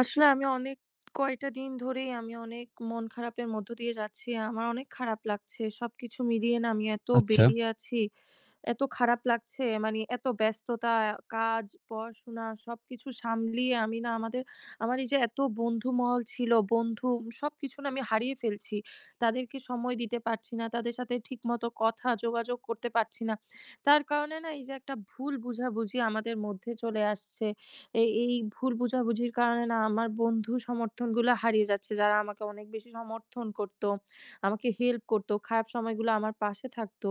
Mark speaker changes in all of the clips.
Speaker 1: আসলে আমি অনেক কয়টা দিন ধরেই আমি অনেক মন খারাপের মধ্য দিয়ে যাচ্ছি। আমার অনেক খারাপ লাগছে। সবকিছু মিলিয়ে না আমি এত
Speaker 2: আচ্ছা,
Speaker 1: বেরিয়ে আছি, এত খারাপ লাগছে। মানে এত ব্যস্ততা, কাজ, পড়াশোনা সবকিছু সামলিয়ে আমি না আমার এই যে এত বন্ধুমহল ছিল, বন্ধু সবকিছু না আমি হারিয়ে ফেলছি। তাদেরকে সময় দিতে পারছি না। তাদের সাথে ঠিকমতো কথা যোগাযোগ করতে পারছি না। তার কারণে না এই যে একটা ভুল বুঝাবুঝি আমাদের মধ্যে চলে আসছে। এই ভুল বোঝাবুঝির কারণে না আমার বন্ধু সমর্থনগুলো হারিয়ে যাচ্ছে। যারা আমাকে অনেক বেশি সমর্থন করত, আমাকে হেল্প করত, খারাপ সময়গুলো আমার পাশে থাকত।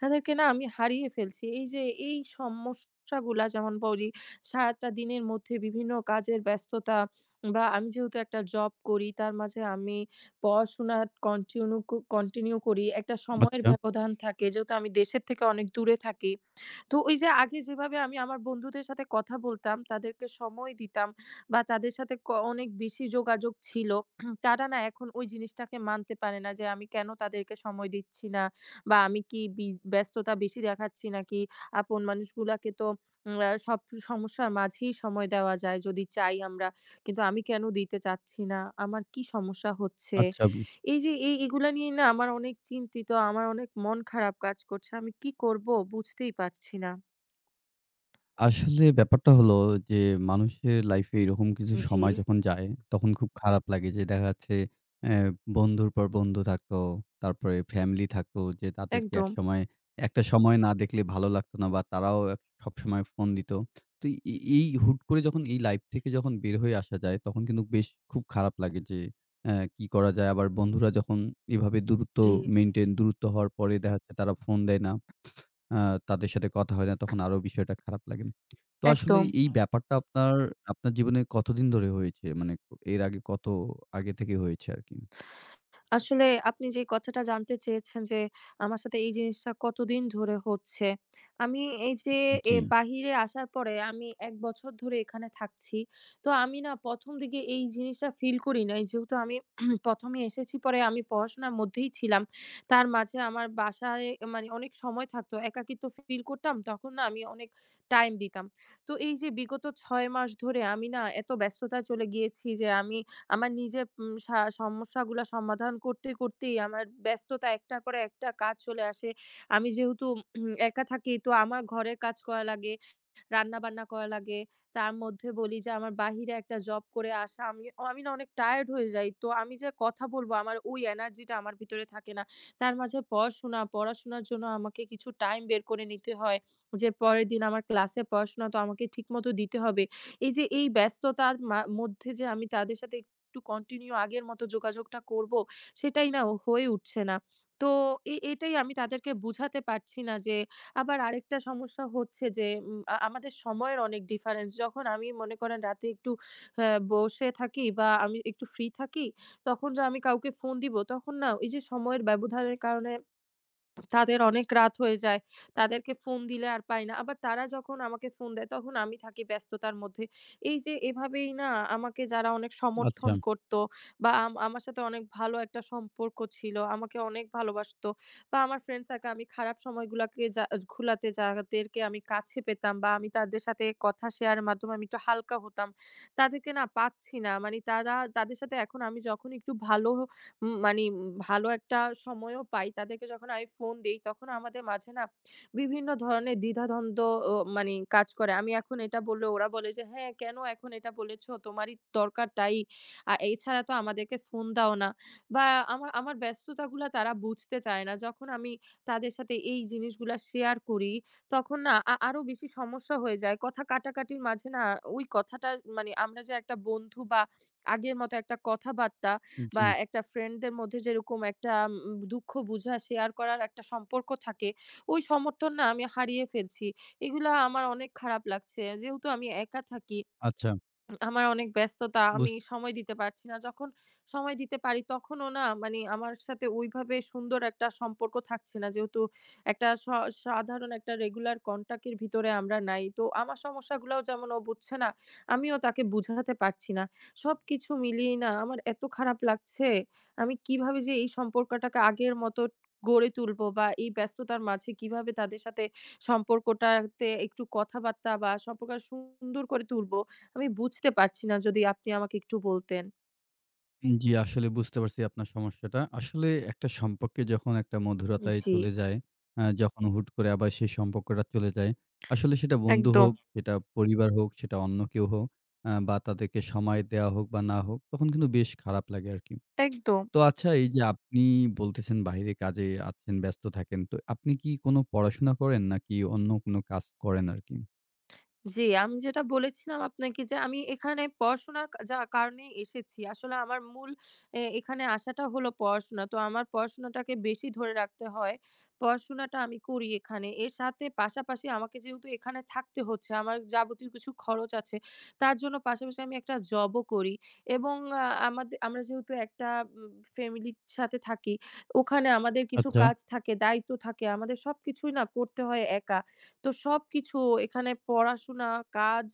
Speaker 1: তাদেরকে না আমি হারিয়ে ফেলছি। এই যে এই সমস্যাগুলা যেমন বলি সারাটা দিনের মধ্যে বিভিন্ন কাজের ব্যস্ততা বা আমি যেহেতু একটা জব করি তার মাঝে আমি পড়াশোনা কন্টিনিউ করি। একটা সময়ের
Speaker 2: আচ্ছা,
Speaker 1: ব্যবধান থাকে যেহেতু আমি দেশের থেকে অনেক দূরে থাকি। তো ওই যে আগে যেভাবে আমি আমার বন্ধুদের সাথে কথা বলতাম, তাদেরকে সময় দিতাম বা তাদের সাথে অনেক বেশি যোগাযোগ ছিল। তারা না এখন ওই জিনিসটাকে মানতে পারে না যে আমি কেন তাদেরকে সময় দিচ্ছি না বা আমি কি বি ব্যস্ততা বেশি দেখাচ্ছি নাকি আপন মানুষগুলাকে তো উম আ সব সমস্যার মাঝেই সময় দেওয়া যায় যদি চাই আমরা। কিন্তু আমি কেন দিতে চাচ্ছি না? আমার কি সমস্যা হচ্ছে?
Speaker 2: আচ্ছা।
Speaker 1: এই যে এগুলা নিয়ে না আমার অনেক চিন্তিত, আমার অনেক মন খারাপ কাজ করছে। আমি কি করব বুঝতেই পারছি না।
Speaker 2: আসলে ব্যাপারটা হলো যে মানুষের লাইফে এরকম কিছু
Speaker 1: জি,
Speaker 2: সময় যখন যায়, তখন খুব খারাপ লাগে যে দেখা যাচ্ছে অ্যা বন্ধুর পর বন্ধু থাকতো, তারপরে ফ্যামিলি থাকতো যে তাদেরকে
Speaker 1: একদম,
Speaker 2: একসময় একটা সময় না দেখলে ভালো লাগতো না বা তারাও এক সবসময় ফোন দিত। তো এই হুট করে যখন এই লাইফ থেকে যখন বের হয়ে আসা যায়, তখন কিন্তু বেশ খুব খারাপ লাগে যে কি করা যায়? আবার বন্ধুরা যখন এভাবে
Speaker 1: জি।
Speaker 2: দূরত্ব হওয়ার পরে দেখা যাচ্ছে তারা ফোন দেয় না। আ তাদের সাথে কথা হয় না তখন আরো বিষয়টা খারাপ লাগে। তো আসলে
Speaker 1: একদম।
Speaker 2: এই ব্যাপারটা আপনার, আপনার জীবনে কতদিন ধরে হয়েছে? মানে এর আগে কত আগে থেকে হয়েছে আরকি?
Speaker 1: আসলে আপনি যে কথাটা জানতে চেয়েছেন যে, আমার সাথে এই জিনিসটা কতদিন ধরে হচ্ছে। আমি এই যে এ
Speaker 2: জি।
Speaker 1: বাহিরে আসার পরে আমি ১ বছর ধরে এখানে থাকছি। তো আমি না ১ম দিকে এই জিনিসটা ফিল করি নাই। যেহেতু আমি ১ম এ এসেছি, পরে আমি পড়াশোনার মধ্যেই ছিলাম। তার মাঝে আমার বাসায় মানে অনেক সময় থাকতো। একাকিত্ব ফিল করতাম, তখন না আমি অনেক টাইম দিতাম। তো এই যে বিগত ৬ মাস ধরে আমি না এত ব্যস্ততায় চলে গিয়েছি যে আমি আমার নিজের উম সা সমস্যাগুলা সমাধান করতে, করতেই আমার ব্যস্ততা একটার পরে একটা কাজ চলে আসে। আমি যেহেতু একা থাকি তো আমার ঘরের কাজ করা লাগে। রান্না-বান্না করা লাগে। তার মধ্যে বলি যে আমার বাহিরে একটা জব করে আসা। আমি আমি না অনেক টায়ার্ড হয়ে যাই। তো আমি যে কথা বলব আমার ওই এনার্জি টা আমার ভিতরে থাকে না। তার মাঝে পড়াশোনা, পড়াশোনার জন্য আমাকে কিছু টাইম বের করে নিতে হয়। যে পরের দিন আমার ক্লাসের পড়াশোনা তো আমাকে ঠিকমতো দিতে হবে। এই যে এই ব্যস্ততার মধ্যে যে আমি তাদের সাথে একটু কন্টিনিউ আগের মতো যোগাযোগটা করব, সেটাই না হয়ে উঠছে না। তো এটাই আমি তাদেরকে বুঝাতে পারছি না যে আবার আরেকটা সমস্যা হচ্ছে যে উম আ আমাদের সময়ের অনেক ডিফারেন্স। যখন আমি মনে করেন রাতে একটু বসে থাকি বা আমি একটু ফ্রি থাকি, তখন যে আমি কাউকে ফোন দিব তখন না এই যে সময়ের ব্যবধানের কারণে তাদের অনেক রাত হয়ে যায়। তাদেরকে ফোন দিলে আর পাই না। আবার তারা যখন আমাকে ফোন দেয় তখন আমি থাকি ব্যস্ততার মধ্যে। এই যে এভাবেই না আমাকে যারা অনেক
Speaker 2: আচ্ছা,
Speaker 1: সমর্থন করত বা আমার সাথে অনেক ভালো একটা সম্পর্ক ছিল, আমাকে অনেক ভালোবাসতো বা আমার ফ্রেন্ড সার্কেল আমি খারাপ সময়গুলাকে যা গুলাতে যাদেরকে আমি কাছে পেতাম বা আমি তাদের সাথে কথা শেয়ারের মাধ্যমে আমি একটু হালকা হতাম। তাদেরকে না পাচ্ছি না। মানে তাদের সাথে এখন আমি যখন একটু ভালো উম মানে ভালো একটা সময়ও পাই, তাদেরকে যখন আমি ফোন দেই, তখন আমাদের মাঝে না বিভিন্ন ধরনের দ্বিধাদ্বন্দ্ব মানে কাজ করে। আমি এখন এটা বললে ওরা বলে যে, "হ্যাঁ, কেন এখন এটা বলেছ? তোমারই দরকার তাই। এছাড়া তো আমাদেরকে ফোন দাও না।" বা আমার আমার ব্যস্ততাগুলা তারা বুঝতে চায় না। যখন আমি তাদের সাথে এই জিনিসগুলা শেয়ার করি, তখন না আরো বেশি সমস্যা হয়ে যায়। কথা কাটাকাটির মাঝে না ওই কথাটা মানে আমরা যে একটা বন্ধু বা আগের মতো একটা কথাবার্তা বা
Speaker 2: জি,
Speaker 1: একটা ফ্রেন্ডদের মধ্যে যেরকম একটা দুঃখ বুঝা শেয়ার করার একটা সম্পর্ক থাকে, ওই সমর্থন না আমি হারিয়ে ফেলছি। এগুলা আমার অনেক খারাপ লাগছে। যেহেতু আমি একা থাকি
Speaker 2: আচ্ছা।
Speaker 1: আমার অনেক ব্যস্ততা,
Speaker 2: বুঝ
Speaker 1: আমি সময় দিতে পারছি না। যখন সময় দিতে পারি তখনও না মানে আমার সাথে ওইভাবে সুন্দর একটা সম্পর্ক থাকছে না। যেহেতু একটা স সাধারণ একটা রেগুলার কনট্যাক্ট এর ভিতরে আমরা নাই। তো আমার সমস্যাগুলাও যেমন ও বুঝছে না, আমিও তাকে বুঝাতে পারছি না। সবকিছু মিলিয়েই না আমার এত খারাপ লাগছে। আমি কিভাবে যে এই সম্পর্কটাকে আগের মতো গড়ে তুলবো বা এই ব্যস্ততার মাঝে কিভাবে তাদের সাথে সম্পর্কটাতে একটু কথাবার্তা বা সম্পর্কটা সুন্দর করে তুলবো আমি বুঝতে পারছি না, যদি আপনি আমাকে একটু বলতেন।
Speaker 2: জি, আসলে বুঝতে পারছি আপনার সমস্যাটা। আসলে একটা সম্পর্কে যখন একটা মধুরতায়
Speaker 1: জি।
Speaker 2: চলে যায়, যখন হুট করে আবার সেই সম্পর্কটা চলে যায়, আসলে সেটা বন্ধু
Speaker 1: একদম,
Speaker 2: হোক, সেটা পরিবার হোক, সেটা অন্য কেউ হোক, বা তাদেরকে সময় দেওয়া হোক বা না হোক, তখন কিন্তু বেশ খারাপ লাগে আরকি।
Speaker 1: একদম।
Speaker 2: তো আচ্ছা এই যে আপনি বলতেছেন বাইরে কাজে আছেন, ব্যস্ত থাকেন। তো আপনি কি কোনো পড়াশোনা করেন নাকি অন্য কোনো কাজ করেন আরকি?
Speaker 1: জি, আমি যেটা বলেছিলাম আপনাকে যে আমি এখানে পড়াশোনার কা যা কারণে এসেছি। আসলে আমার মূল এখানে আসাটা হলো পড়াশোনা। তো আমার পড়াশোনাটাকে বেশি ধরে রাখতে হয়। পড়াশোনাটা আমি করি এখানে। এর সাথে পাশাপাশি আমাকে যেহেতু এখানে থাকতে হচ্ছে, আমার যাবতীয় কিছু খরচ আছে। তার জন্য পাশাপাশি আমি একটা জবও করি এবং আ আমাদে আমরা যেহেতু একটা উম ফ্যামিলির সাথে থাকি, ওখানে আমাদের কিছু
Speaker 2: আচ্ছা।
Speaker 1: কাজ থাকে, দায়িত্ব থাকে। আমাদের সবকিছুই না করতে হয় একা। তো সবকিছু এখানে পড়াশোনা, কাজ,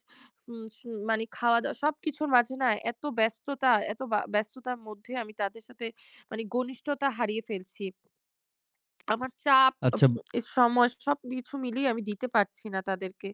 Speaker 1: উম সু মানে খাওয়া-দাওয়া সবকিছুর মাঝে না এত ব্যস্ততা, এত বা ব্যস্ততার মধ্যে আমি তাদের সাথে মানে ঘনিষ্ঠতা হারিয়ে ফেলছি। আমার চাপ,
Speaker 2: আচ্ছা
Speaker 1: সময় সবকিছু মিলিয়ে আমি দিতে পারছি না তাদেরকে।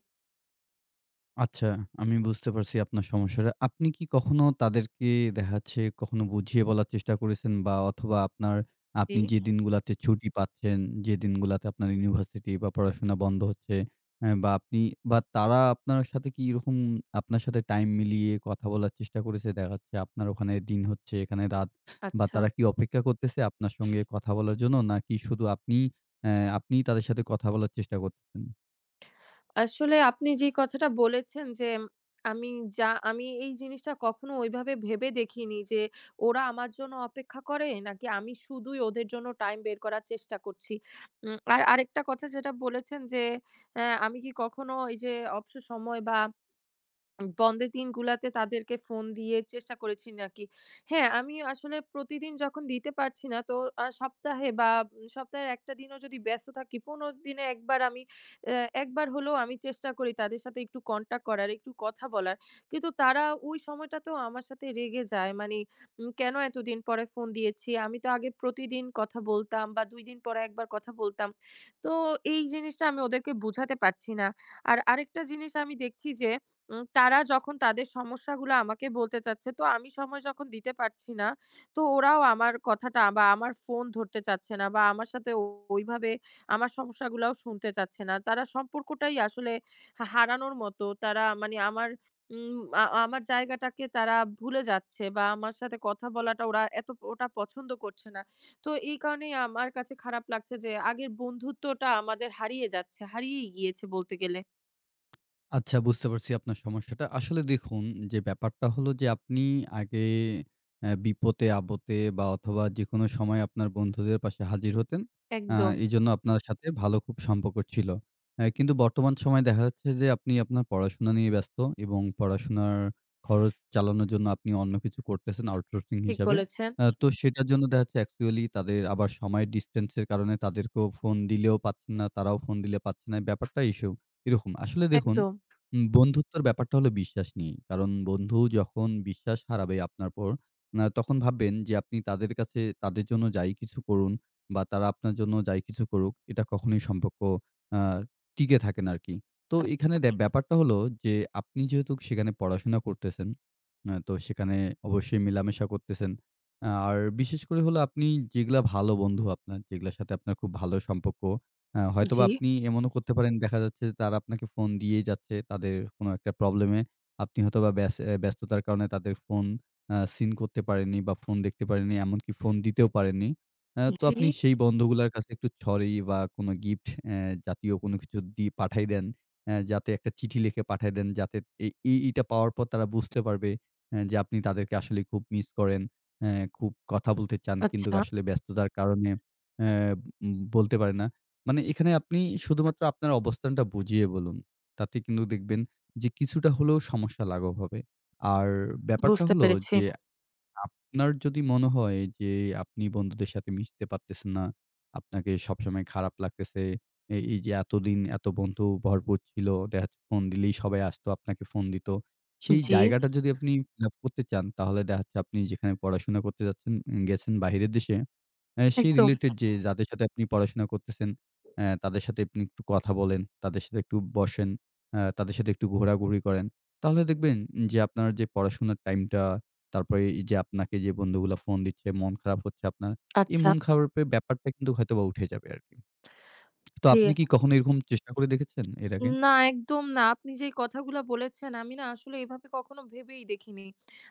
Speaker 2: আচ্ছা, আমি বুঝতে পারছি আপনার সমস্যাটা। আপনি কি কখনো তাদেরকে দেখা যাচ্ছে কখনো বুঝিয়ে বলার চেষ্টা করেছেন বা অথবা আপনার
Speaker 1: জি,
Speaker 2: আপনি যে দিনগুলাতে ছুটি পাচ্ছেন, যে দিনগুলাতে আপনার ইউনিভার্সিটি বা পড়াশোনা বন্ধ হচ্ছে, অ্যা বা আপনি বা তারা আপনার সাথে কি এরকম আপনার সাথে টাইম মিলিয়ে কথা বলার চেষ্টা করেছে? দেখা যাচ্ছে আপনার ওখানে দিন হচ্ছে, এখানে রাত, বা
Speaker 1: আচ্ছা।
Speaker 2: তারা কি অপেক্ষা করতেছে আপনার সঙ্গে কথা বলার জন্য? নাকি শুধু আপনি আপনিই তাদের সাথে কথা বলার চেষ্টা করতেছেন?
Speaker 1: আসলে আপনি যে কথাটা বলেছেন যে, আমি আমি এই জিনিসটা কখনো ওইভাবে ভেবে দেখিনি যে, ওরা আমার জন্য অপেক্ষা করে নাকি আমি শুধুই ওদের জন্য টাইম বের করার চেষ্টা করছি। উম আর আরেকটা কথা যেটা বলেছেন যে, আমি কি কখনো এই যে অবসর সময় বা বন্ধের দিনগুলাতে তাদেরকে ফোন দিয়ে চেষ্টা করেছি নাকি? হ্যাঁ, আমি আসলে প্রতিদিন যখন দিতে পারছি না তো সপ্তাহে বা সপ্তাহের ১ টা দিনও যদি ব্যস্ত থাকি ১৫ দিনে একবার আমি একবার হলেও আমি চেষ্টা করি তাদের সাথে একটু কনট্যাক্ট করার, একটু কথা বলার। কিন্তু তারা ওই সময়টাতেও আমার সাথে রেগে যায়। মানে কেন এতদিন পরে ফোন দিয়েছি? আমি তো আগে প্রতিদিন কথা বলতাম বা ২ দিন পরে একবার কথা বলতাম। তো এই জিনিসটা আমি ওদেরকে বুঝাতে পারছি না। আর আরেকটা জিনিস আমি দেখছি যে তারা যখন তাদের সমস্যাগুলো আমাকে বলতে চাচ্ছে, তো আমি সময় যখন দিতে পারছি না, তো ওরাও আমার কথাটা বা আমার ফোন ধরতে চাচ্ছে না বা আমার সাথে ওইভাবে আমার সমস্যাগুলাও শুনতে চাচ্ছে না। তারা সম্পর্কটাই আসলে হারানোর মতো। তারা মানে আমার উম আ আমার জায়গাটাকে তারা ভুলে যাচ্ছে বা আমার সাথে কথা বলাটা ওরা এত ওটা পছন্দ করছে না। তো এই কারণেই আমার কাছে খারাপ লাগছে যে আগের বন্ধুত্বটা আমাদের হারিয়ে যাচ্ছে, হারিয়েই গিয়েছে বলতে গেলে।
Speaker 2: আচ্ছা, বুঝতে পারছি আপনার সমস্যাটা। আসলে দেখুন, যে ব্যাপারটা হলো যে আপনি আগে বিপদে আপদে বা অথবা যেকোনো সময় আপনার বন্ধুদের পাশে হাজির হতেন। আ
Speaker 1: একদম,
Speaker 2: এজন্য আপনার সাথে ভালো খুব সম্পর্ক ছিল। কিন্তু বর্তমান সময়ে দেখা যাচ্ছে যে আপনি আপনার পড়াশোনা নিয়ে ব্যস্ত এবং পড়াশোনার খরচ চালানোর জন্য আপনি অন্য কিছু করতেছেন আউটসোর্সিং
Speaker 1: ঠিক
Speaker 2: হিসাবে।
Speaker 1: বলেছেন।
Speaker 2: তো সেটার জন্য দেখা যাচ্ছে অ্যাকচুয়ালি তাদের আবার সময়ের ডিসট্যান্স এর কারণে তাদেরকেও ফোন দিলেও পাচ্ছেন না, তারাও ফোন দিলে পাচ্ছে না। ব্যাপারটা ইস্যু এরকম। আসলে দেখুন,
Speaker 1: একদম।
Speaker 2: বন্ধুত্বর ব্যাপারটা হলো বিশ্বাস নিয়ে। কারণ বন্ধু যখন বিশ্বাস হারাবে আপনার উপর, তখন ভাববেন যে আপনি তাদের কাছে তাদের জন্য যাই কিছু করুন বা তারা আপনার জন্য যাই কিছু করুক, এটা কখনোই সম্পর্ক আ টিকে থাকে না আরকি। তো এখানে ব্যাপারটা হলো যে আপনি যেহেতু সেখানে পড়াশোনা করতেছেন, তো সেখানে অবশ্যই মেলামেশা করতেছেন। আর বিশেষ করে হলো আপনি যেগুলা ভালো বন্ধু আপনার, যেগুলার সাথে আপনার খুব ভালো সম্পর্ক। হ্যাঁ,
Speaker 1: জি,
Speaker 2: হয়তোবা আপনি এমনও করতে পারেন দেখা যাচ্ছে যে তারা আপনাকে ফোন দিয়েই যাচ্ছে তাদের কোনো একটা প্রবলেমে। আপনি হয়তোবা ব্যস্ততার কারণে তাদের ফোন সিন করতে পারেননি বা ফোন দেখতে পারেননি, এমনকি ফোন দিতেও পারেননি। তো
Speaker 1: জি,
Speaker 2: আপনি সেই বন্ধুগুলার কাছে একটু সরি বা কোনো গিফট জাতীয় কোনো কিছু দিয়ে পাঠাই দেন। যাতে একটা চিঠি লিখে পাঠায় দেন, যাতে এই এই এইটা পাওয়ার পর তারা বুঝতে পারবে যে আপনি তাদেরকে আসলে খুব মিস করেন, অ্যা খুব কথা বলতে চান কিন্তু
Speaker 1: আচ্ছা
Speaker 2: আসলে ব্যস্ততার কারণে অ্যা উম বলতে পারেন না। মানে এখানে আপনি শুধুমাত্র আপনার অবস্থানটা বুঝিয়ে বলুন। তাতে কিন্তু দেখবেন যে কিছুটা হলেও সমস্যা লাঘব হবে। আর ব্যাপারটা
Speaker 1: বুঝতে
Speaker 2: হলো
Speaker 1: পেরেছি।
Speaker 2: যে আপনার যদি মনে হয় যে আপনি বন্ধুদের সাথে মিশতে পারতেছেন না, আপনাকে সবসময় খারাপ লাগতেছে। এই যে এতদিন এত বন্ধু ভরপুর ছিল, দেখা যাচ্ছে ফোন দিলেই সবাই আসতো, আপনাকে ফোন দিত। সেই
Speaker 1: জি,
Speaker 2: জায়গাটা যদি আপনি ফিল আপ করতে চান তাহলে দেখা যাচ্ছে আপনি যেখানে পড়াশোনা করতে গেছেন বাহিরের দেশে, সেই
Speaker 1: একদম।
Speaker 2: রিলেটেড যে যাদের সাথে আপনি পড়াশোনা করতেছেন, তাদের সাথে আপনি একটু কথা বলেন, তাদের সাথে একটু বসেন, তাদের সাথে একটু ঘোরাঘুরি করেন। তাহলে দেখবেন যে আপনার যে পড়াশোনার টাইমটা, তারপরে এই যে আপনাকে যে বন্ধুগুলা ফোন দিচ্ছে, মন খারাপ হচ্ছে আপনার, এই
Speaker 1: আচ্ছা,
Speaker 2: মন খারাপের ব্যাপারটা কিন্তু হয়তোবা উঠে যাবে আরকি। তো
Speaker 1: জি।
Speaker 2: আপনি কি কখনো এরকম চেষ্টা করে দেখেছেন এর আগে?
Speaker 1: না, একদম না। আপনি যেই কথাগুলা বলেছেন, আমি না আসলে এভাবে কখনো ভেবেই দেখিনি।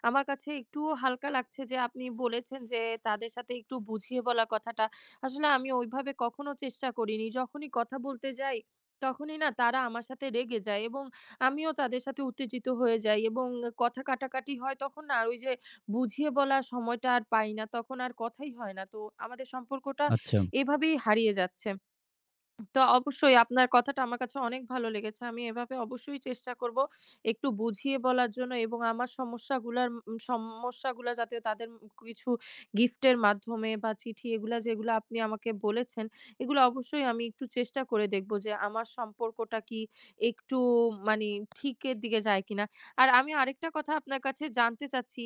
Speaker 1: আমার কাছে একটুও হালকা লাগছে যে আপনি বলেছেন যে, তাদের সাথে একটু বুঝিয়ে বলা কথাটা। আসলে আমি ওইভাবে কখনো চেষ্টা করিনি। যখনই কথা বলতে যাই, তখনই না তারা আমার সাথে রেগে যায় এবং আমিও তাদের সাথে উত্তেজিত হয়ে যাই এবং কথা কাটাকাটি হয় তখন না আর ওই যে বুঝিয়ে বলার সময়টা আর পাই না। তখন আর কথাই হয় না। তো আমাদের সম্পর্কটা
Speaker 2: আচ্ছা।
Speaker 1: এভাবেই হারিয়ে যাচ্ছে। তো অবশ্যই আপনার কথাটা আমার কাছে অনেক ভালো লেগেছে। আমি এভাবে অবশ্যই চেষ্টা করব একটু বুঝিয়ে বলার জন্য এবং আমার সমস্যাগুলা যাতে তাদের কিছু গিফটের মাধ্যমে বা চিঠি এগুলা যেগুলা আপনি আমাকে বলেছেন, এগুলো অবশ্যই আমি একটু চেষ্টা করে দেখব যে আমার সম্পর্কটা কি একটু মানি ঠিকের দিকে যায় কিনা। আর আমি আরেকটা কথা আপনার কাছে জানতে চাচ্ছি,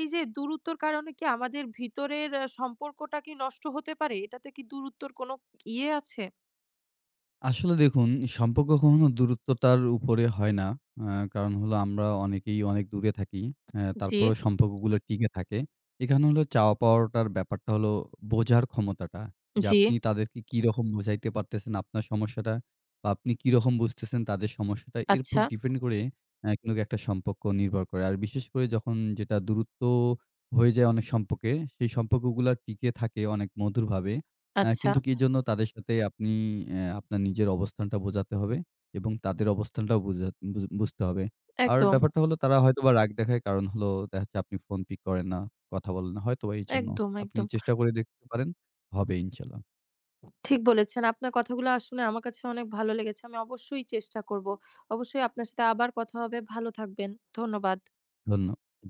Speaker 1: এই যে দূরত্বর কারণে কি আমাদের ভিতরের সম্পর্কটা কি নষ্ট হতে পারে? এটাতে কি দূরত্বর কোনো ইয়ে আছে?
Speaker 2: আসলে দেখুন, সম্পর্ক কখনো দূরত্বতার উপরে হয় না। আ কারণ হলো আমরা অনেকেই অনেক দূরে থাকি। হ্যাঁ,
Speaker 1: জি,
Speaker 2: তারপরেও সম্পর্কগুলো টিকে থাকে। এখানে হলো চাওয়া পাওয়াটার ব্যাপারটা হলো বোঝার ক্ষমতাটা। যে
Speaker 1: জি।
Speaker 2: আপনি তাদেরকে কিরকম বোঝাইতে পারতেছেন আপনার সমস্যাটা বা আপনি কিরকম বুঝতেছেন তাদের সমস্যাটা, এর উপর
Speaker 1: আচ্ছা,
Speaker 2: ডিপেন্ড করে কিন্তু একটা সম্পর্ক নির্ভর করে। আর বিশেষ করে যখন যেটা দূরত্ব হয়ে যায় অনেক সম্পর্কে, সেই সম্পর্কগুলা টিকে থাকে অনেক মধুরভাবে।
Speaker 1: আচ্ছা।
Speaker 2: কিন্তু কি জন্য তাদের সাথে আপনি আপনার নিজের অবস্থানটা বোঝাতে হবে এবং তাদের অবস্থানটাও বুঝা বু বুঝতে হবে। আর
Speaker 1: একদম,
Speaker 2: ব্যাপারটা হলো তারা হয়তোবা রাগ দেখায় কারণ হলো দেখা যাচ্ছে আপনি ফোন পিক করেন না, কথা বলেন না। হয়তোবা এইজন্য।
Speaker 1: একদম,
Speaker 2: আপনি
Speaker 1: একদম।
Speaker 2: চেষ্টা করে দেখতে পারেন, হবে ইনশাআল্লাহ।
Speaker 1: ঠিক বলেছেন। আপনার কথাগুলো শুনে আমার কাছে অনেক ভালো লেগেছে। আমি অবশ্যই চেষ্টা করব। অবশ্যই আপনার সাথে আবার কথা হবে। ভালো থাকবেন। ধন্যবাদ।
Speaker 2: ধন্য